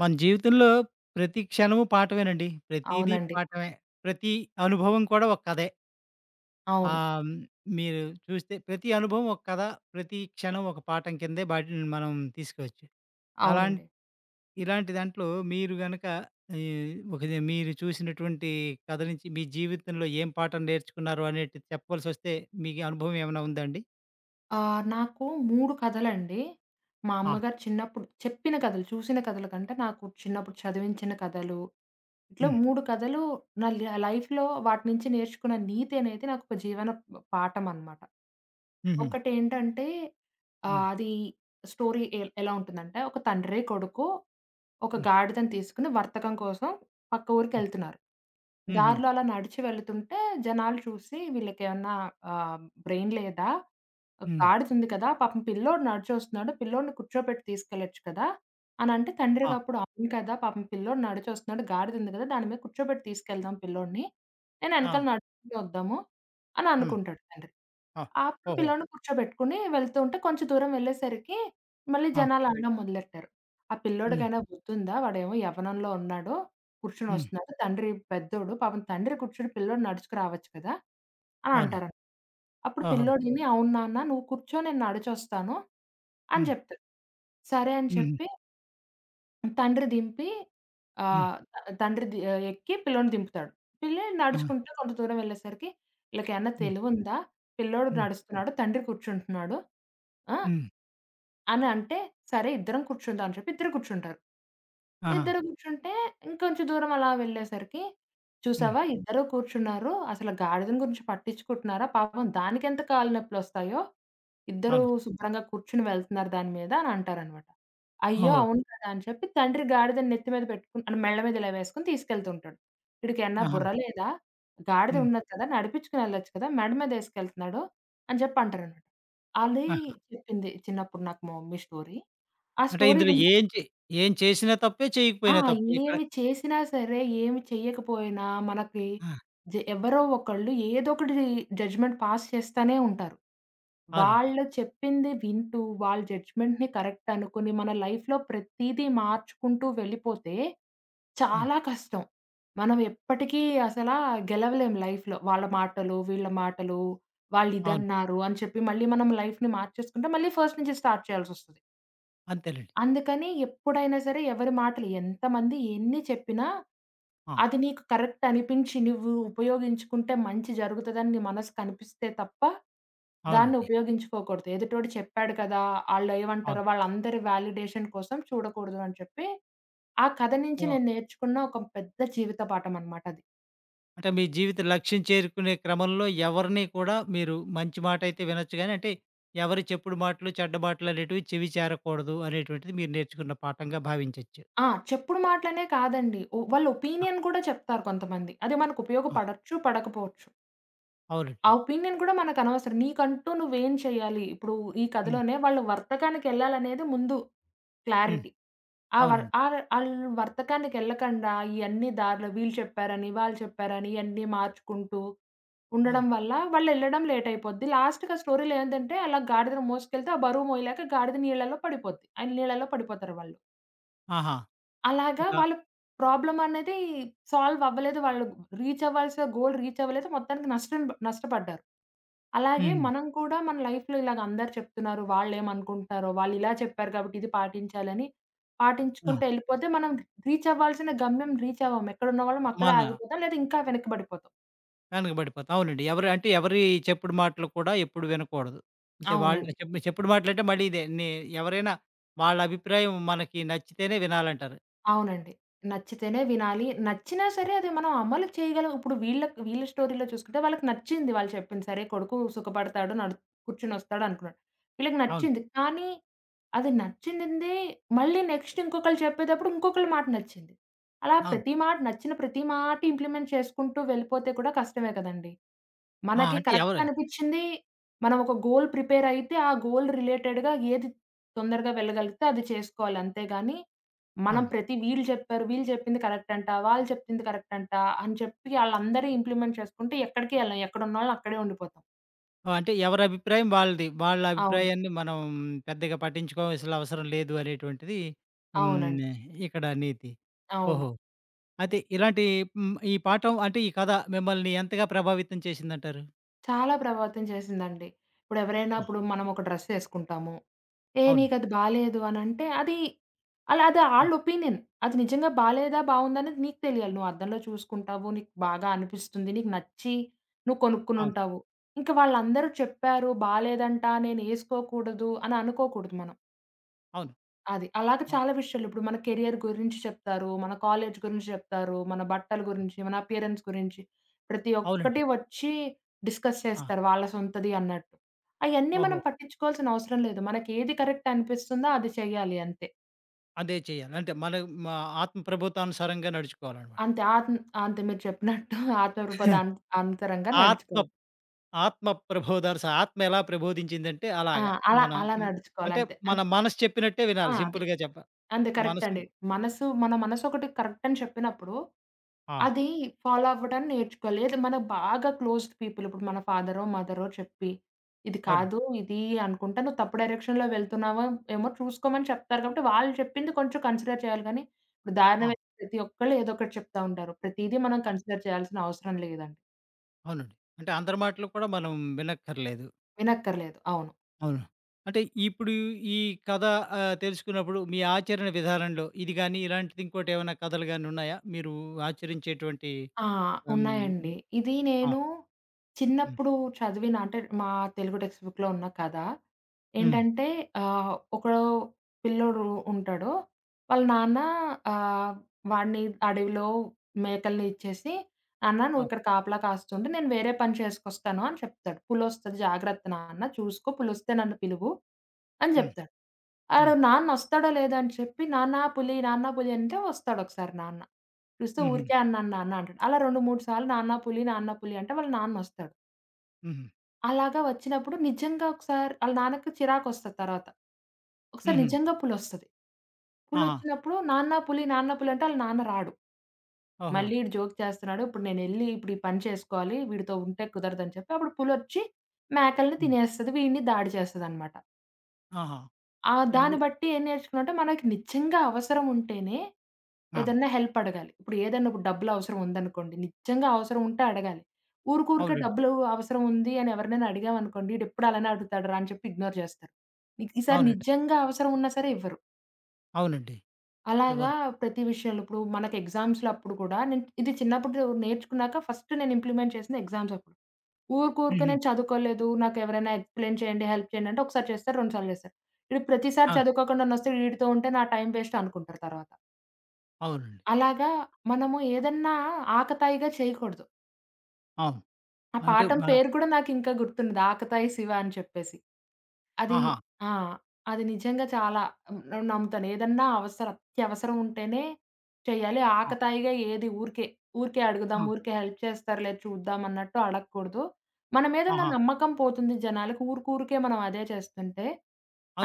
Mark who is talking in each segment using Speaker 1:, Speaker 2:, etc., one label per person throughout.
Speaker 1: మన జీవితంలో ప్రతి క్షణము పాఠమేనండి. ప్రతీదీ
Speaker 2: అవునండి.
Speaker 1: పాఠమే. ప్రతి అనుభవం కూడా ఒక కథే.
Speaker 2: అవును.
Speaker 1: ఆహ్, హ్మ్, మీరు చూస్తే ప్రతి అనుభవం ఒక కథ, ప్రతి క్షణం ఒక పాఠం కిందే వాటిని మనం తీసుకోవచ్చు. అలాం
Speaker 2: అవునండి.
Speaker 1: ఇలాంటి దాంట్లో మీరు గనక ఈ మీరు చూసినటువంటి కథ నుంచి మీ జీవితంలో ఏం పాఠం నేర్చుకున్నారు అనేటిది చెప్పవలసొస్తే మీ అనుభవం ఏమైనా ఉందా అండి?
Speaker 2: నాకు 3 కథలండి. మా
Speaker 1: ఆ!
Speaker 2: అమ్మగారు చిన్నప్పుడు చెప్పిన కథలు, చూసిన కథల కంటే నాకు చిన్నప్పుడు చదివించిన కథలు, ఇట్లా
Speaker 1: హ్మ్.
Speaker 2: 3 కథలు నా లైఫ్‌లో వాటి నుంచి నేర్చుకున్న నీతి అనేది నాకు ఒక జీవన పాఠం అన్నమాట.
Speaker 1: హుహు.
Speaker 2: ఒకటేంటంటే
Speaker 1: హ్మ్.
Speaker 2: అది స్టోరీ ఎలా ఉంటుందంటే ఒక తండ్రి, కొడుకు ఒక
Speaker 1: హ్మ్.
Speaker 2: గాడిదని తీసుకొని వర్తకం కోసం పక్క
Speaker 1: హ్మ్.
Speaker 2: ఊరికెళ్తున్నారు.
Speaker 1: హుహు.
Speaker 2: దారిలో అలా నడిచి వెళ్తుంటే జనాలు చూసి వీళ్ళకేమన్నా బ్రెయిన్ లేదా?
Speaker 1: హ్మ్.
Speaker 2: గాడిదుంది కదా! పాపం పిల్లోడు నడిచొస్తున్నాడు. పిల్లోడిని కూర్చోబెట్టి తీసుకెళ్ళొచ్చు కదా! అనంటే
Speaker 1: ఆ!
Speaker 2: తండ్రికప్పుడు అవును కదా! పాపం పిల్లోడు నడిచొస్తున్నాడు. గాడిదుంది కదా! దాని మీద కూర్చోబెట్టి తీసుకెళ్దాం పిల్లోడిని. నేను ఎనకాల
Speaker 1: ఆ!
Speaker 2: నడుచుకుంటూ వద్దాము అని
Speaker 1: హ్మ్.
Speaker 2: అనుకుంటాడు తండ్రి.
Speaker 1: ఆ!
Speaker 2: అప్పుడు
Speaker 1: ఓహో!
Speaker 2: పిల్లోడిని కూర్చోబెట్టుకొని వెళ్తూ ఉంటే కొంచెం దూరం వెళ్ళేసరికి మళ్ళీ
Speaker 1: ఆ!
Speaker 2: జనాలు అనడం మొదలెట్టారు. ఆ
Speaker 1: హ్మ్.
Speaker 2: పిల్లోడికైనా బుద్ధుందా? వాడేమో యవ్వనంలో ఉన్నాడు.
Speaker 1: హ్మ్.
Speaker 2: కూర్చొనొస్తున్నాడు. తండ్రి పెద్దోడు. పాపం తండ్రి కూర్చొని పిల్లోడు నడుచుకు రావచ్చు కదా! అని
Speaker 1: అవును.
Speaker 2: అంటారనమాట. అప్పుడు
Speaker 1: ఓహో!
Speaker 2: పిల్లోడు హ్మ్. ఇని అవును నాన్న నువ్వు కూర్చో నేను నడిచొస్తాను అని
Speaker 1: హ్మ్.
Speaker 2: చెప్తాడు. సరే అని
Speaker 1: హుహు.
Speaker 2: చెప్పి తండ్రి దింపి
Speaker 1: హ్మ్.
Speaker 2: ఆహ్, త తండ్రి ది ఆహ్, ఎక్కి పిల్లోడిని దింపుతాడు. పిల్లోడు
Speaker 1: ఆహా!
Speaker 2: నడుచుకుంటూ కొంత దూరం వెళ్ళేసరికి ఈళ్ళకేమన్నా
Speaker 1: హ్మ్.
Speaker 2: తెలివుందా? పిల్లోడు
Speaker 1: హ్మ్.
Speaker 2: నడుస్తున్నాడు. తండ్రి కూర్చుంటున్నాడు. ఆ!
Speaker 1: హ్మ్.
Speaker 2: అని అంటే, సరే ఇద్దరం కూర్చుందాం అని చెప్పి ఇద్దరు కూర్చుంటారు.
Speaker 1: ఆహా!
Speaker 2: ఇద్దరు కూర్చుంటే ఇంకొంచెం దూరం అలా వెళ్ళేసరికి,
Speaker 1: హ్మ్.
Speaker 2: చూసావా ఇద్దరు కూర్చున్నారు. అసలు గాడిదని గురించి పట్టించుకుంటున్నారా? పాపం దానికెంత కాళ్ళు నొప్పులొస్తాయో, ఇద్దరు
Speaker 1: అవును.
Speaker 2: శుభ్రంగా కూర్చుని వెళ్తున్నారు దాని మీద అని అంటారనమాట. అయ్యో!
Speaker 1: ఓహో!
Speaker 2: అవును కదా! అని చెప్పి తండ్రి గాడిదని నెత్తి మీద పెట్టుకుని అంటే మెళ్ళ మీద ఇలా వేసుకొని తీసుకెళ్తుంటాడు. వీడికేమన్నా
Speaker 1: ఆహా!
Speaker 2: బుర్ర లేదా? గాడిద
Speaker 1: హ్మ్.
Speaker 2: ఉన్నది కదా! నడిపించుకొని వెళ్ళొచ్చు కదా! మెడ మీద ఏసుకెళ్తున్నాడు. అని జెప్పి అంటారనమాట. అది
Speaker 1: ఆహా!
Speaker 2: చెప్పింది చిన్నప్పుడు నాకు మా మమ్మీ స్టోరీ. ఆ
Speaker 1: అంటే
Speaker 2: స్టోరీ
Speaker 1: ఇందులో
Speaker 2: విన్న
Speaker 1: ఏం చేసినా తప్పే,
Speaker 2: ఆ!
Speaker 1: చేయకపోయినా తప్పే ఇక్కడ.
Speaker 2: ఏమి చేసినా సరే, ఏమి చెయ్యకపోయినా మనకి
Speaker 1: ఆ!
Speaker 2: ఎవరో ఒకళ్ళు ఏదోకటి జడ్జ్‌మెంట్ పాస్ చేస్తానే ఉంటారు.
Speaker 1: అవునండి.
Speaker 2: వాళ్ళు చెప్పింది వింటూ, వాళ్ళ జడ్జ్‌మెంట్‌ని కరెక్ట్ అనుకుని, మన లైఫ్‌లో ప్రతీదీ మార్చుకుంటూ వెళ్ళిపోతే
Speaker 1: అవును.
Speaker 2: చాలా కష్టం. మనం ఎప్పటికీ అసల గెలవలేం లైఫ్‌లో. వాళ్ళ మాటలు, వీళ్ళ మాటలు,
Speaker 1: అవును.
Speaker 2: వాళ్ళిదన్నారు అని చెప్పి మళ్ళీ మనం లైఫ్‌ని మార్చేసుకుంటే మళ్ళీ ఫస్ట్ నుంచి స్టార్ట్ చేయాల్సొస్తది.
Speaker 1: అంతేలెండి.
Speaker 2: అందుకని ఎప్పుడైనా సరే ఎవరి మాటలు ఎంతమంది ఎన్ని చెప్పినా,
Speaker 1: ఆ!
Speaker 2: అది నీకు కరెక్ట్ అనిపించి నువ్వు ఉపయోగించుకుంటే మంచి జరుగుతదని నీ మనసుకు అనిపిస్తే తప్ప, దాన్ని
Speaker 1: అవునండి.
Speaker 2: ఉపయోగించుకోకూడదు. ఎదుటోడు చెప్పాడు కదా! ఆళ్ళేమంటారో
Speaker 1: అవును.
Speaker 2: వాళ్ళందరి వాలిడేషన్ కోసం చూడకూడదు అని చెప్పి, ఆ కథ నుంచి
Speaker 1: ఓహ్!
Speaker 2: నేను నేర్చుకున్న ఒక పెద్ద జీవిత పాఠమనమాట అది.
Speaker 1: అంటే మీ జీవిత లక్ష్యం చేరుకునే క్రమంలో ఎవరిని కూడా మీరు మంచి మాటైతే వినొచ్చు గానీ, అంటే ఎవరి చెప్పుడు మాటలు, చెడ్డ మాటలు అనేటివి చెవి చేరకూడదు అనేటువంటిది మీరు నేర్చుకున్న పాఠంగా భావించొచ్చు.
Speaker 2: ఆ! చెప్పుడు మాటలనే కాదండి. వాళ్ళ
Speaker 1: ఆ!
Speaker 2: ఒపీనియన్ కూడా చెప్తారు కొంతమంది. అది మనకు
Speaker 1: ఆ!
Speaker 2: ఉపయోగపడొచ్చు, పడకపోవచ్చు. ఆ
Speaker 1: అవునండి.
Speaker 2: ఒపీనియన్ కూడా మనకనవసరం. నీకంటూ నువ్వేం చేయాలి? ఇప్పుడు ఈ
Speaker 1: హ్మ్.
Speaker 2: కథలోనే వాళ్ళు వర్తకానికెళ్ళాలనేది ముందు
Speaker 1: హ్మ్.
Speaker 2: క్లారిటీ. ఆ వర్
Speaker 1: అవునండి.
Speaker 2: ఆర్ ఆళ్ళు వర్తకానికెళ్ళకండా ఇయన్నీ దారులు వీళ్ళు చెప్పారని, వాళ్ళు చెప్పారని ఇయన్నీ మార్చుకుంటూ ఉండడం
Speaker 1: అవును.
Speaker 2: వల్ల వాళ్ళెళ్ళడం లేట్ అయిపోద్ది. లాస్ట్‌కి ఆ స్టోరీలో ఏందంటే అలా గాడిదను మోసుకెళ్తే ఆ బరువు మోయలేక గాడిద నీళ్ళలో పడిపోద్ది. ఆ నీళ్ళలో పడిపోతారు వాళ్ళు.
Speaker 1: ఆహా!
Speaker 2: అలాగా
Speaker 1: ఇలా
Speaker 2: వాళ్ళ ప్రాబ్లమ్ అనేది సాల్వ్ అవ్వలేదు. వాళ్ళు రీచ్ అవ్వాల్సిన గోల్ రీచ్ అవ్వలేదు. మొత్తానికి నష్టపడ్డారు. అలాగే
Speaker 1: హ్మ్.
Speaker 2: మనం కూడా మన లైఫ్‌లో ఇలాగ అందరూ చెప్తున్నారు. వాళ్ళేమనుకుంటున్నారో, వాళ్ళు ఇలా చెప్పారు కాబట్టి ఇది పాటించాలని
Speaker 1: ఆ!
Speaker 2: పాటించుకుంటూ ఎళ్ళిపోతే మనం రీచ్ అవ్వాల్సిన గమ్యం రీచ్ అవ్వము. ఎక్కడున్న వాళ్ళం అక్కడే
Speaker 1: మన
Speaker 2: ఆగిపోతాం. లేదా ఇంకా వెనక్కి పడిపోతాం.
Speaker 1: వెనకబడిపోతాం. అవునండి. ఎవరు అంటే ఎవరి చెప్పుడు మాటలు కూడా ఎప్పుడు వినకూడదు. అంటే వాళ్ళు
Speaker 2: అవునండి.
Speaker 1: చెప్పుడు చెప్పుడు మాటలంటే మళ్ళీ ఇదే నే ఎవరైనా వాళ్ళ అభిప్రాయం మనకి నచ్చితేనే వినాలంటారు.
Speaker 2: అవునండి. నచ్చితేనే వినాలి. నచ్చినా సరే అది మనం అమలు చేయగలం. ఇప్పుడు వీళ్ళ వీళ్ళ స్టోరీలో చూసుకుంటే వాళ్ళకి నచ్చింది వాళ్ళు చెప్పింది. సరే కొడుకు సుఖపడతాడు. కూర్చొనొస్తాడు అనుకున్నాడు. వీళ్ళకి
Speaker 1: అవును.
Speaker 2: నచ్చింది. కానీ అది నచ్చిందే మళ్ళీ నెక్స్ట్ ఇంకొకళ్ళు చెప్పేటప్పుడు ఇంకొకళ్ళ మాట నచ్చింది. అలా
Speaker 1: అవును.
Speaker 2: ప్రతి మాట నచ్చిన ప్రతి మాట ఇంప్లిమెంట్ చేసుకుంటూ వెళ్ళిపోతే కూడా కష్టమే కదండీ!
Speaker 1: ఆ!
Speaker 2: మనకి
Speaker 1: అంటే ఎవరు
Speaker 2: కరెక్ట్ అనిపిచ్చింది. మనం ఒక గోల్ ప్రిపేర్ అయితే, ఆ గోల్ రిలేటెడ్‌గా ఏది తొందరగా వెళ్ళగలిగితే అది చేసుకోవాలి. అంతేగాని
Speaker 1: ఆ!
Speaker 2: మనం వీళ్ళు చెప్పారు, వీళ్ళు చెప్పింది కరెక్ట్ అంట, వాళ్ళు చెప్పింది కరెక్ట్ అంట అని చెప్పి ఆళ్ళందరూ ఇంప్లిమెంట్ చేసుకుంటే ఎక్కడికి ఎళ్ళం. ఎక్కడున్నోళ్ళం అక్కడే ఉండిపోతాం.
Speaker 1: అంటే ఎవరి అభిప్రాయం వాళ్ళది. వాళ్ళ
Speaker 2: అవును.
Speaker 1: అభిప్రాయాన్ని మనం పెద్దగా పట్టించుకోవాల్సిన అవసరం లేదు అనేటువంటిది హ్మ్.
Speaker 2: అవునండి.
Speaker 1: ఇక్కడ నీతి.
Speaker 2: అవును.
Speaker 1: ఓహో! అయితే ఇలాంటి హ్మ్. ఈ పాఠం అంటే ఈ కథ మిమ్మల్ని ఎంతగా ప్రభావితం చేసిందంటారు?
Speaker 2: చాలా ప్రభావితం చేసిందండి.
Speaker 1: ఆ!
Speaker 2: ఇప్పుడు మనం ఒక డ్రెస్ ఏసుకుంటాము. ఏ
Speaker 1: అవును.
Speaker 2: నీకది బాలేదు అనంటే అది అలా అది ఆళ్ళ ఒపీనియన్. అది నిజంగా బాలేదా, బావుందా అనేది నీకు తెలియాలి. నువ్వు అద్దంలో చూసుకుంటావు. నీకు బాగా అనిపిస్తుంది. నీకు నచ్చి నువ్వు
Speaker 1: హ్మ్.
Speaker 2: కొనుక్కునుంటావు. ఇంక వాళ్ళందరూ చెప్పారు బాలేదంట, నేనేసుకోకూడదు అని అనుకోకూడదు మనం.
Speaker 1: అవును.
Speaker 2: అది. అలాగే
Speaker 1: ఆ!
Speaker 2: చాలా విషయాలు. ఇప్పుడు మన కెరియర్ గురించి చెప్తారు, మన కాలేజ్ గురించి చెప్తారు, మన బట్టల గురించి, మన అపియరెన్స్ గురించి. ప్రతి
Speaker 1: అవునండి.
Speaker 2: ఒక్కటి వచ్చి డిస్కస్
Speaker 1: ఆ!
Speaker 2: చేస్తారు వాళ్ళ సొంతది అన్నట్టు. అయన్నీ మనం
Speaker 1: ఓహో!
Speaker 2: పట్టించుకోవాల్సిన అవసరం లేదు. మనకేది కరెక్ట్ అనిపిస్తుందో అది చేయాలి అంతే.
Speaker 1: అదే చేయాలి. అంటే మన మా ఆత్మ ప్రబోధానుసారంగా నడుచుకోవాలనమాట.
Speaker 2: అంతే ఆత్మ్ అంతే మీరు చెప్పినట్టు ఆత్మరుపద అన్ అంతరంగా
Speaker 1: ఆత్మ
Speaker 2: నడుచుకోవాలి.
Speaker 1: ఆత్మ ప్రబోధానుస ఆత్మ ఎలా ప్రబోధించిందంటే
Speaker 2: ఆ!
Speaker 1: అలాగా.
Speaker 2: అలా
Speaker 1: మన
Speaker 2: అలా
Speaker 1: హ్మ్,
Speaker 2: నడుచుకోవాలి
Speaker 1: అంటే
Speaker 2: అంతే.
Speaker 1: మన మనసు చెప్పినట్టే
Speaker 2: ఆ!
Speaker 1: వినాలి
Speaker 2: అదే.
Speaker 1: సింపుల్‌గా చెప్ప
Speaker 2: అంతే కరెక్ట్
Speaker 1: మనసు
Speaker 2: అండి. మన మనసు ఒకటి కరెక్ట్ అని చెప్పినప్పుడు,
Speaker 1: ఆ!
Speaker 2: అది ఫాలో అవ్వడాన్ని నేర్చుకోవాలి. లేదా మనకు బాగా క్లోజ్ పీపుల్ ఇప్పుడు మన ఫాదరో, మదరో చెప్పి, "ఇది
Speaker 1: అవునండి.
Speaker 2: కాదు, ఇది అనుకుంటా. నువ్వు తప్పు డైరెక్షన్‌లో వెళ్తున్నావో ఏమో చూసుకోమని" చెప్తారు కాబట్టి, వాళ్ళు చెప్పింది కొంచెం కన్సిడర్ చేయాలి కానీ, ఇప్పుడు దారిన
Speaker 1: ఆ!
Speaker 2: వెళ్తే ప్రతి ఒక్కళ్ళు ఏదో ఒకటి చెప్తా ఉంటారు. ప్రతీదీ మనం
Speaker 1: ఆ!
Speaker 2: కన్సిడర్ చేయాల్సిన అవసరం లేదండి.
Speaker 1: అవునండి. అంటే అందరి మాటలు కూడా మనం వినక్కర్లేదు.
Speaker 2: వినక్కర్లేదు. అవును.
Speaker 1: అవును. అంటే ఇప్పుడు ఈ కథ తెలుసుకున్నప్పుడు మీ ఆచరణ విధానంలో ఇది గాని, ఇలాంటిది ఇంకోటేమైనా కథలు గాని ఉన్నాయా? మీరు ఆచరించేటువంటి
Speaker 2: ఆ!
Speaker 1: హ్మ్.
Speaker 2: ఉన్నాయండి. ఇది
Speaker 1: ఆ!
Speaker 2: నేను
Speaker 1: హ్మ్.
Speaker 2: చిన్నప్పుడు చదివిన అంటే మా తెలుగు టెక్స్ట్ బుక్‌లో ఉన్న కథ
Speaker 1: హ్మ్.
Speaker 2: ఏంటంటే ఒకడు పిల్లోడు ఉంటాడు. వాళ్ళ నాన్న ఆహ్, వాడిని అడవిలో మేకల్ని ఇచ్చేసి, "నాన్న నువ్వు
Speaker 1: ఆ!
Speaker 2: ఇక్కడ కాపలా కాస్తుండు. నేను వేరే పని చేసుకొస్తాను" అని చెప్తాడు. "పులొస్తది జాగ్రత్త నాన్న చూసుకో. పులొస్తే నన్ను పిలువు" అని
Speaker 1: హ్మ్.
Speaker 2: చెప్తాడు. ఆడు
Speaker 1: హ్మ్.
Speaker 2: నాన్న వస్తాడో లేదో అని చెప్పి, "నాన్న పులి, నాన్న పులి" అంటే వస్తాడొకసారి నాన్న. పిలిస్తే,
Speaker 1: హుహు.
Speaker 2: "ఊరికే అన్నాను నాన్న" అంటాడు. అలా 2, 3 సార్లు "నాన్న పులి, నాన్న పులి" అంటే వాళ్ళ నాన్నొస్తాడు.
Speaker 1: హుహు.
Speaker 2: అలాగా వచ్చినప్పుడు నిజంగా ఒకసారి ఆళ్ళ నాన్నకి చిరాకొస్తది తర్వాత. ఒకసారి
Speaker 1: హుహు.
Speaker 2: నిజంగా పులొస్తది.
Speaker 1: ఆహా!
Speaker 2: పులొచ్చినప్పుడు నాన్న పులి, నాన్న పులి అంటే ఆళ్ళ నాన్న రాడు.
Speaker 1: ఓహో!
Speaker 2: మళ్ళీ ఈడు జోక్ చేస్తున్నాడు. ఇప్పుడు ఈ పని చేసుకోవాలి. వీడితో ఉంటే కుదరదని చెప్పి అప్పుడు పులొచ్చి మేకల్ని
Speaker 1: హ్మ్.
Speaker 2: తినేస్తది. వీడిని దాడి చేస్తదనమాట.
Speaker 1: ఆహా!
Speaker 2: ఆ! దాన్ని
Speaker 1: ఇది
Speaker 2: బట్టి ఏం నేర్చుకున్నామంటే మనకి నిజంగా అవసరం ఉంటేనే
Speaker 1: ఆ!
Speaker 2: ఏదన్నా హెల్ప్ అడగాలి. ఇప్పుడు డబ్బులు అవసరం ఉందనుకోండి. నిజంగా అవసరం ఉంటే అడగాలి. ఊరుకూరికే
Speaker 1: అవునండి.
Speaker 2: డబ్బులు అవసరం ఉంది అని ఎవరినైనా అడిగామనుకోండి, "ఈడెప్పుడు అలానే అడుగుతాడురా" అని చెప్పి ఇగ్నోర్ చేస్తారు. నీకు ఈసారి
Speaker 1: అవునండి.
Speaker 2: నిజంగా అవసరం ఉన్నా సరే ఇవ్వరు.
Speaker 1: అవునండి.
Speaker 2: అలాగా
Speaker 1: ఇవ్వరు.
Speaker 2: ప్రతి విషయంలో ఇప్పుడు మనకి ఎగ్జామ్స్‌లో అప్పుడు కూడా నేను ఇది చిన్నప్పుడు నేర్చుకున్నాక ఫస్ట్ నేను ఇంప్లిమెంట్ చేసింది ఎగ్జామ్స్ అప్పుడు. ఊరుకూరికే
Speaker 1: హుహు.
Speaker 2: నేను చదువుకోలేదు. నాకెవరైనా ఎక్స్‌ప్లెయిన్ చేయండి, హెల్ప్ చేయండి అంటే ఒకసారి చేస్తారు, రెండు సార్లు చేస్తారు. ఈడు ప్రతిసారి
Speaker 1: ఆ!
Speaker 2: చదువుకోకుండా నొస్తే ఈడితో ఉంటే నా టైం వేస్ట్ అనుకుంటారు తర్వాత.
Speaker 1: అవునండి.
Speaker 2: అలాగా మనము ఏదన్నా ఆకతాయిగా చేయకూడదు.
Speaker 1: అవును.
Speaker 2: ఆ
Speaker 1: అంటే
Speaker 2: పాఠం
Speaker 1: మ
Speaker 2: పేరు కూడా నాకింకా గుర్తున్నది. 'ఆకతాయి శివ' అని చెప్పేసి. అది
Speaker 1: ఆహా!
Speaker 2: ఆ! అది నిజంగా చాలా హ్మ్, నమ్ముతాను. ఏదన్నా అవసరం అత్యవసరం ఉంటేనే చేయాలి.
Speaker 1: ఆ!
Speaker 2: ఊరికే అడుగుదాం,
Speaker 1: ఆ!
Speaker 2: ఊరికే హెల్ప్ చేస్తారులే చూద్దాం అన్నట్టు అడగకూడదు. మన మీద ఉన్న
Speaker 1: ఆహా!
Speaker 2: నమ్మకం పోతుంది జనాలకి. ఊరుకూరికే మనం అదే చేస్తుంటే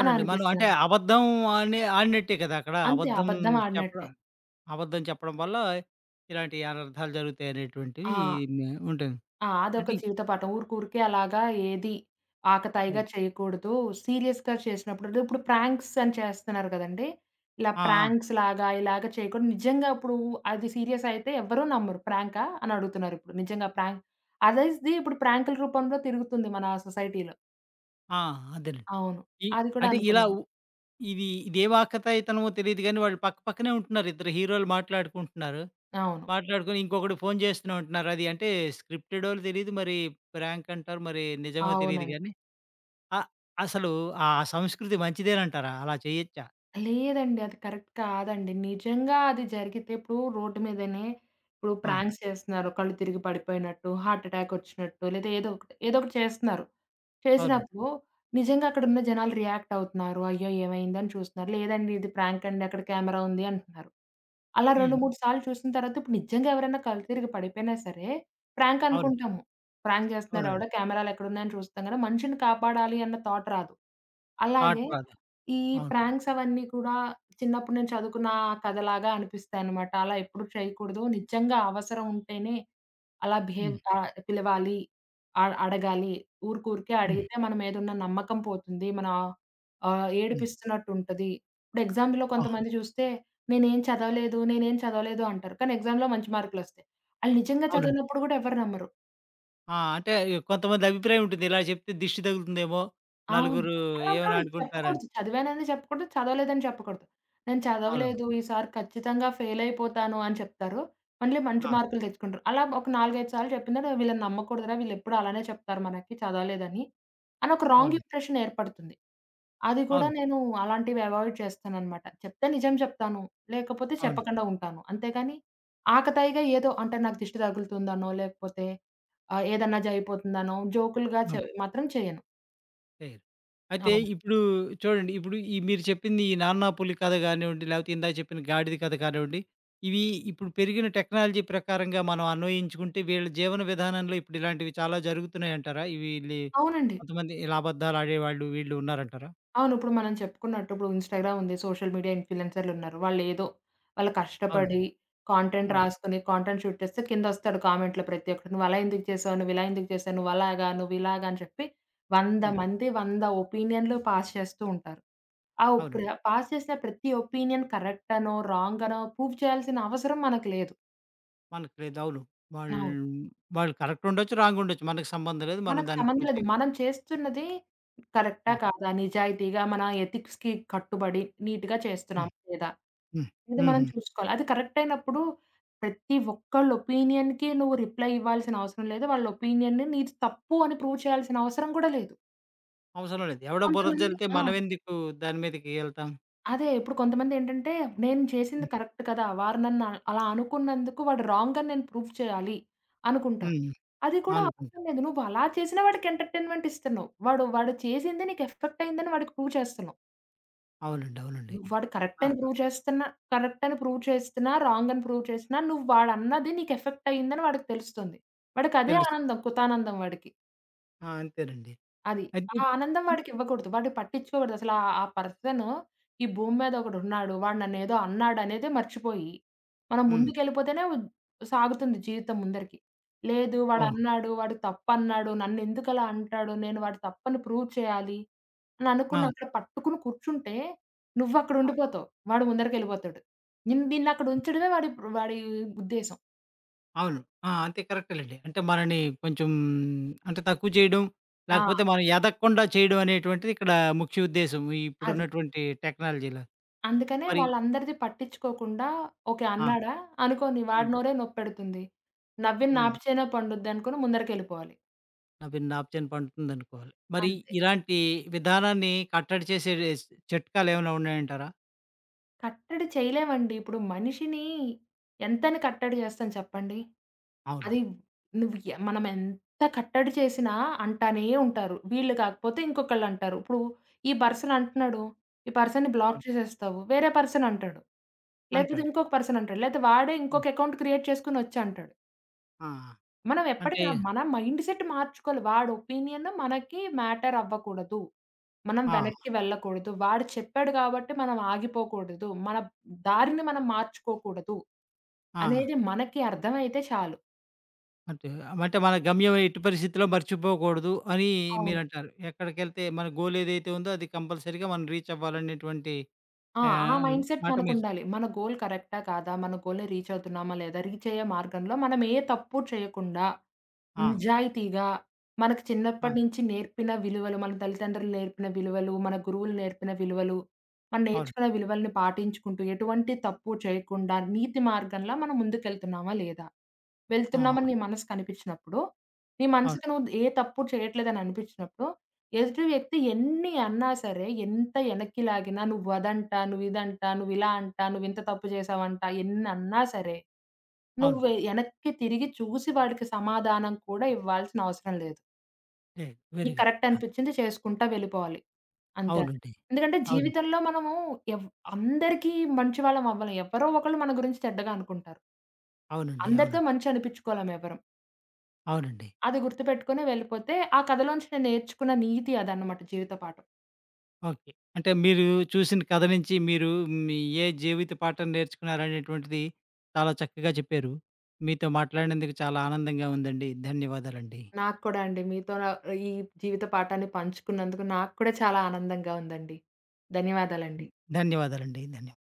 Speaker 2: అని
Speaker 1: మనం అంటే
Speaker 2: అనిపిస్తదండి.
Speaker 1: అబద్ధం ఆని ఆడినట్టే కదా! అక్కడ
Speaker 2: అంతే
Speaker 1: అబద్ధం
Speaker 2: అబద్ధం
Speaker 1: చెప్పడం
Speaker 2: ఆడినట్టే.
Speaker 1: అబద్ధం చెప్పడం వల్ల ఇలాంటి అనర్థాలు
Speaker 2: ఆ!
Speaker 1: జరుగుతాయనేటువంటివి నే ఉంటుంది.
Speaker 2: ఆ! అదొక
Speaker 1: అంటే
Speaker 2: జీవిత పాఠం. ఊరుకూరికే అలాగా ఏది ఆకతాయిగా
Speaker 1: అవును.
Speaker 2: చేయకూడదు. సీరియస్‌గా చేసినప్పుడు అంటే ఇప్పుడు ప్రాంక్స్ అని చేస్తున్నారు కదండీ! ఇలా
Speaker 1: ఆ! ఆ!
Speaker 2: ప్రాంక్స్ లాగా ఇలాగ చేయకూడదు. నిజంగా ఇప్పుడు అది సీరియస్ అయితే ఎవ్వరు నమ్మరు. ప్రాంకా అని అడుగుతున్నారు ఇప్పుడు. నిజంగా ప్రాంక్ అదేది ఇప్పుడు ప్రాంకుల రూపంలో తిరుగుతుంది మన సొసైటీలో.
Speaker 1: ఆ! అదేనండి.
Speaker 2: అవును.
Speaker 1: ఈ
Speaker 2: అది కూడా
Speaker 1: అంటే ఇలా
Speaker 2: అనుకున్నాను.
Speaker 1: ఇది ఇదే వాకతాయితనమో తెలీదు గానీ, వాళ్ళు పక్క పక్కనే ఉంటున్నారు. ఇద్దరు హీరోలు మాట్లాడుకుంటున్నారు.
Speaker 2: అవును.
Speaker 1: మాట్లాడుకొని ఇంకొకడు ఫోను చేస్తూనే ఉంటున్నారు. అది అంటే స్క్రిప్టెడో తెలీదు, మరి ప్రాంక్ అంటారు, మరి నిజమో తెలీదు
Speaker 2: అవునండి.
Speaker 1: గానీ, ఆహ్, అసలు ఆ సంస్కృతి మంచిదేనంటారా? అలా చేయొచ్చా?
Speaker 2: లేదండి. అది కరెక్ట్ కాదండి. నిజంగా అది జరిగితే ఇప్పుడు రోడ్డు మీదనే ఇప్పుడు
Speaker 1: ఆ!
Speaker 2: ప్రాంక్స్ చేస్తున్నారు. కళ్ళు తిరిగి పడిపోయినట్టు, హార్ట్ అటాక్ వచ్చినట్టు లేదా ఏదో ఒకటి చేస్తున్నారు.
Speaker 1: అవునండి.
Speaker 2: చేసినప్పుడు నిజంగా అక్కడున్న జనాలు రియాక్ట్ అవుతున్నారు. అయ్యో! ఏమైందని చూస్తున్నారు. లేదండి ఇది ప్రాంక్ అండి అక్కడ కెమెరా ఉంది అంటున్నారు. అలా 2,
Speaker 1: హ్మ్.
Speaker 2: 3 సార్లు చూసిన తర్వాత ఇప్పుడు నిజంగా ఎవరైనా కళ్ళు తిరిగి పడిపోయినా సరే, ప్రాంక్
Speaker 1: అవునండి.
Speaker 2: అనుకుంటాము. ప్రాంక్ చేస్తున్నారు
Speaker 1: అవునండి.
Speaker 2: ఎవడో కెమెరాలెక్కడున్నాయని చూస్తాం కదా! మనిషిని కాపాడాలి అన్న థాట్ రాదు.
Speaker 1: థాట్
Speaker 2: అలాగే
Speaker 1: రాదు.
Speaker 2: ఈ
Speaker 1: అవును.
Speaker 2: ప్రాంక్స్ అవన్నీ కూడా చిన్నప్పుడు నేను చదువుకున్న ఆ కథలాగా అనిపిస్తాయన్నమాట. అలా ఎప్పుడు చేయకూడదు. నిజంగా అవసరం ఉంటేనే
Speaker 1: హ్మ్.
Speaker 2: పిలవాలి. అడగాలి. ఊరికూరికే
Speaker 1: హ్మ్.
Speaker 2: అడిగితే మన మీదున్న నమ్మకం పోతుంది. మన
Speaker 1: హ్మ్.
Speaker 2: ఏడిపిస్తున్నట్టుంటది. ఇప్పుడు ఎగ్జాంపుల్‌లో
Speaker 1: ఆ!
Speaker 2: కొంతమంది చూస్తే నేనేం చదవలేదు అంటారు. కానీ ఎగ్జామ్‌లో మంచి మార్కులొస్తాయి. ఆళ్ళు నిజంగా
Speaker 1: అవునండి.
Speaker 2: చదివినప్పుడు గూడా ఎవరు నమ్మరు.
Speaker 1: ఆ! అంటే కొంతమంది అభిప్రాయం ఉంటుంది. ఇలా చెప్తే దిష్టి తగులుతుందేమో,
Speaker 2: అవును.
Speaker 1: నలుగురు ఏమైనా
Speaker 2: అలాంటప్పుడు
Speaker 1: అనుకుంటారని.
Speaker 2: చెప్పకూడదు. చదివానని చెప్పకూడదు. చదవలేదని చెప్పకూడదు. నేను
Speaker 1: అవును.
Speaker 2: చదవలేదు. ఈసారి ఖచ్చితంగా ఫెయిల్ అయిపోతాను అని చెప్తారు. మళ్ళీ మంచి
Speaker 1: ఆ!
Speaker 2: మార్కులు తెచ్చుకుంటారు. అలా ఒక 4, 5 సార్లు చెప్పిన తర్వాత వీళ్ళని నమ్మకూడదురా! వీళ్ళెప్పుడు అలానే చెప్తారు మనకి చదవలేదని, అని ఒక రాంగ్
Speaker 1: అవును.
Speaker 2: ఇంప్రెషన్ ఏర్పడుతుంది. అది కూడా
Speaker 1: అవును.
Speaker 2: నేను అలాంటివి అవాయిడ్ చేస్తాననమాట. చెప్తే నిజం చెప్తాను. లేకపోతే
Speaker 1: అవును.
Speaker 2: చెప్పకుండా ఉంటాను. అంతేగాని ఆకతాయిగా ఏదో అంటే నాకు దిష్టి తగులుతుందనో, లేకపోతే ఏదన్నా జరిగిపోతుందనో జోకులుగా మాత్రం చేయను.
Speaker 1: చేయరు. అయితే
Speaker 2: అవును.
Speaker 1: ఇప్పుడు చూడండి, ఇప్పుడు ఈ మీరు చెప్పింది ఈ 'నాన్న పులి' కథ కానివ్వండి, లేకపోతే ఇందాక చెప్పిన 'గాడిద' కథ కానివ్వండి, ఇవి ఇప్పుడు పెరిగిన టెక్నాలజీ ప్రకారంగా మనం అన్వయించుకుంటే వీళ్ళ జీవన విధానంలో ఇప్పుడు ఇలాంటివి చాలా జరుగుతున్నాయంటారా? ఇవి ఈళ్ళి
Speaker 2: అవునండి.
Speaker 1: కొంతమంది ఇలా అబద్ధాలు ఆడేవాళ్ళు, వీళ్ళు ఉన్నారంటారా?
Speaker 2: అవును. ఇప్పుడు మనం చెప్పుకున్నట్టు ఇప్పుడు ఇన్‌స్టాగ్రామ్ ఉంది. సోషల్ మీడియా ఇన్‌ఫ్లూయెన్సర్‌లున్నారు. వాళ్ళు
Speaker 1: అవును.
Speaker 2: కష్టపడి కాంటెంట్
Speaker 1: అవును.
Speaker 2: రాసుకొని, కాంటెంట్ షూట్ చేస్తే కిందొస్తాడు కామెంట్‌లో ప్రతి ఒక్కడు. "నువ్వలా ఎందుకు చేసావు? నువ్విలా ఎందుకు చేసావు? నువ్వలాగా, నువ్విలాగా" అని చెప్పి 100
Speaker 1: హ్మ్.
Speaker 2: మంది 100 ఒపీనియన్‌లు పాస్ చేస్తూ ఉంటారు. ఆ ఒ
Speaker 1: అవును.
Speaker 2: ప్ర పాస్ చేసిన ప్రతి ఒపీనియన్ కరెక్ట్ అనో, రాంగ్ అనో ప్రూవ్ చేయాల్సిన అవసరం మనకు లేదు.
Speaker 1: మనకు లేదు. అవును.
Speaker 2: అవును.
Speaker 1: వాళ్ళు వాళ్ళు కరెక్ట్ ఉండొచ్చు, రాంగ్ ఉండొచ్చు. మనకు సంబంధం లేదు. మనం
Speaker 2: మనకు
Speaker 1: దాన్ని
Speaker 2: సంబంధం
Speaker 1: ప్రూవ్
Speaker 2: లేదు.
Speaker 1: చేయలేం.
Speaker 2: మనం చేస్తున్నది కరెక్టా?
Speaker 1: ఆ!
Speaker 2: కాదా? నిజాయితీగా మన ఎథిక్స్‌కి కట్టుబడి నీట్‌గా
Speaker 1: హ్మ్.
Speaker 2: చేస్తున్నామా? లేదా?
Speaker 1: హ్మ్.
Speaker 2: ఇది మనం
Speaker 1: హుహు.
Speaker 2: చూసుకోవాలి. అది కరెక్ట్ అయినప్పుడు ప్రతి ఒక్కళ్ళ ఒపీనియన్‌కి నువ్వు రిప్లై ఇవ్వాల్సిన అవసరం లేదు. వాళ్ళ ఒపీనియన్‌ని నీది తప్పు అని ప్రూవ్ చేయాల్సిన అవసరం కూడా లేదు.
Speaker 1: అవసరం లేదు. ఎవడో బురద
Speaker 2: కొంతమంది
Speaker 1: జల్లితే
Speaker 2: ఆ!
Speaker 1: మనమెందుకు దాని మీదకి ఎళ్తాం?
Speaker 2: అదే. ఇప్పుడు కొంతమందేంటంటే, నేను చేసింది
Speaker 1: హ్మ్.
Speaker 2: కరెక్ట్ కదా! వారు నన్ను అలా అనుకున్నందుకు వాడు రాంగ్ అని నేను ప్రూవ్ చేయాలి అనుకుంటారు.
Speaker 1: హ్మ్.
Speaker 2: అది కూడా
Speaker 1: అనుకుంటా.
Speaker 2: అవసరం లేదు. నువ్వు అలా చేసినా వాడికి ఎంటర్‌టైన్‌మెంట్ ఇస్తున్నావు. వాడు వాడు చేసింది నీకు ఎఫెక్ట్ అయిందని వాడికి ప్రూవ్ చేస్తున్నావు.
Speaker 1: అవునండి. అవునండి.
Speaker 2: నువ్వు వాడు కరెక్ట్
Speaker 1: ఆ!
Speaker 2: అని ప్రూవ్ చేస్తున్నా కరెక్ట్ అని ప్రూవ్ చేస్తున్నా, రాంగ్ అని ప్రూవ్ చేసినా, నువ్వు వాడన్నది నీకు ఎఫెక్ట్ అయిందని వాడికి తెలుస్తుంది. వాడికదే
Speaker 1: తెలుస్తుంది.
Speaker 2: ఆనందం, కుతానందం వాడికి.
Speaker 1: ఆ! అంతేనండి.
Speaker 2: అది. ఆ
Speaker 1: అయితే
Speaker 2: ఆనందం వాడికివ్వకూడదు. వాడు పట్టించుకోకూడదు. అసల ఆ ఆ పర్సను ఈ భూమి మీద ఒకడున్నాడు. వాడు నన్నేదో అన్నాడనేదే మర్చిపోయి, మనం
Speaker 1: హ్మ్.
Speaker 2: ముందుకెళ్ళిపోతేనే సాగుతుంది జీవితం ముందరికి. లేదు
Speaker 1: ఓహ్!
Speaker 2: వాడన్నాడు, వాడు తప్పన్నాడు, నన్నెందుకలా అంటాడు, నేను వాడి తప్పని ప్రూవ్ చేయాలి అని
Speaker 1: ఆ!
Speaker 2: అనుకుని అక్కడ పట్టుకుని కూర్చుంటే,
Speaker 1: ఆ!
Speaker 2: నువ్వక్కడుండిపోతావు. వాడు ముందరికెళ్ళిపోతాడు. నిన్నక్కడుంచడమే వాడి వాడి ఉద్దేశం.
Speaker 1: అవును. ఆ! అంతే కరెక్టేలెండి. అంటే మనని కొంచెం అంటే తక్కువ చేయడం,
Speaker 2: ఆ!
Speaker 1: లేకపోతే మనం ఎదగకుండా చేయడం అనేటువంటిది ఇక్కడ ముఖ్య ఉద్దేశ్యం.
Speaker 2: అది.
Speaker 1: ఇప్పుడున్నటువంటి టెక్నాలజీలో.
Speaker 2: అందుకనే
Speaker 1: మరి
Speaker 2: వాళ్ళందరిది పట్టించుకోకుండా, ఓకే.
Speaker 1: ఆ!
Speaker 2: అన్నాడా అనుకోని
Speaker 1: హ్మ్.
Speaker 2: వాడి నోరే నొప్పెడుతుంది. నవ్వింది
Speaker 1: హ్మ్.
Speaker 2: నాపుచేనే పండుద్దనుకోని ముందరికెళ్ళిపోవాలి.
Speaker 1: విన్ ఆప్షన్ పడుతుందనుకోవాలి. మరి
Speaker 2: అంతే.
Speaker 1: ఇలాంటి విధానాన్ని కట్టడి చేసే స్ చిట్కాలేమైనా ఉన్నాయంటారా?
Speaker 2: కట్టడి చేయలేమండి. ఇప్పుడు మనిషిని ఎంతని కట్టడి చేస్తాం చెప్పండి?
Speaker 1: అవును.
Speaker 2: అది నువ్వు ఎ మనం ఎంత కట్టడి చేసినా అంటానే ఉంటారు. వీళ్ళు కాకపోతే ఇంకొకళ్ళంటారు. ఇప్పుడు ఈ పర్సన్ అంటున్నాడు. ఈ పర్సన్‌ని బ్లాక్
Speaker 1: అవును.
Speaker 2: చేసేస్తావు. వేరే పర్సన్ అంటాడు. లేకపోతే
Speaker 1: అంటాడు.
Speaker 2: ఇంకొక పర్సన్ అంటాడు. లేతే వాడే ఇంకొక అకౌంట్ క్రియేట్ చేసుకొని ఒచ్చంటాడు.
Speaker 1: ఆ!
Speaker 2: మనం
Speaker 1: అంటే
Speaker 2: ఎప్పటికి ఆ మన మైండ్ సెట్ మార్చుకోవాలి. వాడి ఒపీనియన్ మనకి మ్యాటర్ అవ్వకూడదు. మనం
Speaker 1: ఆ!
Speaker 2: వెనక్కి వెళ్ళకూడదు. వాడు చెప్పాడు కాబట్టి మనం ఆగిపోకూడదు. మన దారిని మనం మార్చుకోకూడదు
Speaker 1: ఆ!
Speaker 2: అనేది మనకి అర్థమైతే చాలు.
Speaker 1: అంటే అంటే మన గమ్యం ఎట్టి పరిస్థితిలో మర్చిపోకూడదు అని
Speaker 2: అవును.
Speaker 1: మీరంటారు. ఎక్కడికెళ్తే మన గోల్ ఏదైతే ఉందో అది కంపల్సరీగా మనం రీచ్ అవ్వాలనేటువంటి
Speaker 2: ఆ! ఆ
Speaker 1: ఆహ్,
Speaker 2: మైండ్ సెట్
Speaker 1: మాట మీరు
Speaker 2: మనకుండాలి. మన గోల్ కరెక్టా? కాదా? మన గోల్‌ని రీచ్ అవుతున్నామా? లేదా? రీచ్ అయ్యే మార్గంలో మనం ఏ తప్పు చేయకుండా
Speaker 1: ఆ!
Speaker 2: నిజాయితీగా మనకు
Speaker 1: ఆ!
Speaker 2: చిన్నప్పటి నుంచి నేర్పిన విలువలు, మన తల్లిదండ్రులు నేర్పిన విలువలు, మన గురువులు నేర్పిన విలువలు, మనం
Speaker 1: అవును.
Speaker 2: నేర్చుకున్న విలువల్ని పాటించుకుంటూ ఎటువంటి తప్పు చేయకుండా నీతి మార్గంలో మనం ముందుకెళ్తున్నామా లేదా? వెళ్తున్నామని
Speaker 1: ఆహా!
Speaker 2: నీ మనసుకనిపించినప్పుడు, నీ
Speaker 1: అవును.
Speaker 2: మనసుకి నువ్వు ఏ తప్పు చేయట్లేదని అనిపించినప్పుడు, ఎదుటి వ్యక్తి ఎన్ని అన్నా సరే, ఎంత వెనక్కి లాగినా నువ్వు అదంట, నువ్వు ఇదంట, నువ్వు ఇలా అంట, నువ్వు ఇంత తప్పు చేశావంట, ఎన్ని అన్నా సరే, నువ్వు
Speaker 1: అవును.
Speaker 2: వెనక్కి తిరిగి చూసి వాడికి సమాధానం కూడా ఇవ్వాల్సిన అవసరం లేదు.
Speaker 1: గ్రేట్. వెరీ
Speaker 2: నీకు
Speaker 1: గుడ్.
Speaker 2: కరెక్ట్
Speaker 1: ఆ!
Speaker 2: అనిపించింది చేసుకుంటా వెళ్ళిపోవాలి. అంతే.
Speaker 1: అవునండి.
Speaker 2: ఎందుకంటే
Speaker 1: అవునండి.
Speaker 2: జీవితంలో మనము ఎవ్ అందరికీ మంచి వాళ్ళం అవ్వలేం. ఎవరో ఒకళ్ళు మన గురించి చెడ్డగా అనుకుంటారు.
Speaker 1: అవునండి.
Speaker 2: అందరితో
Speaker 1: అవునండి.
Speaker 2: మంచి అనిపించుకోలేం ఎవరం.
Speaker 1: అవునండి.
Speaker 2: అది గుర్తుపెట్టుకొని వెళ్ళిపోతే, ఆ కథలోంచి నేను నేర్చుకున్న నీతి అదనమాట జీవిత పాఠం.
Speaker 1: ఓకే. అంటే మీరు చూసిన కథ నుంచి మీ ఏ జీవిత పాఠం నేర్చుకున్నారనేటువంటిది చాలా చక్కగా చెప్పారు. మీతో మాట్లాడినందుకు చాలా ఆనందంగా ఉందండి. ధన్యవాదాలండి.
Speaker 2: నాకు కూడా అండి. మీతో ఈ జీవిత పాఠాన్ని పంచుకున్నందుకు నాకు కూడా చాలా ఆనందంగా ఉందండి. ధన్యవాదాలండి.
Speaker 1: ధన్యవాదాలండి. ధన్యవాదాలు.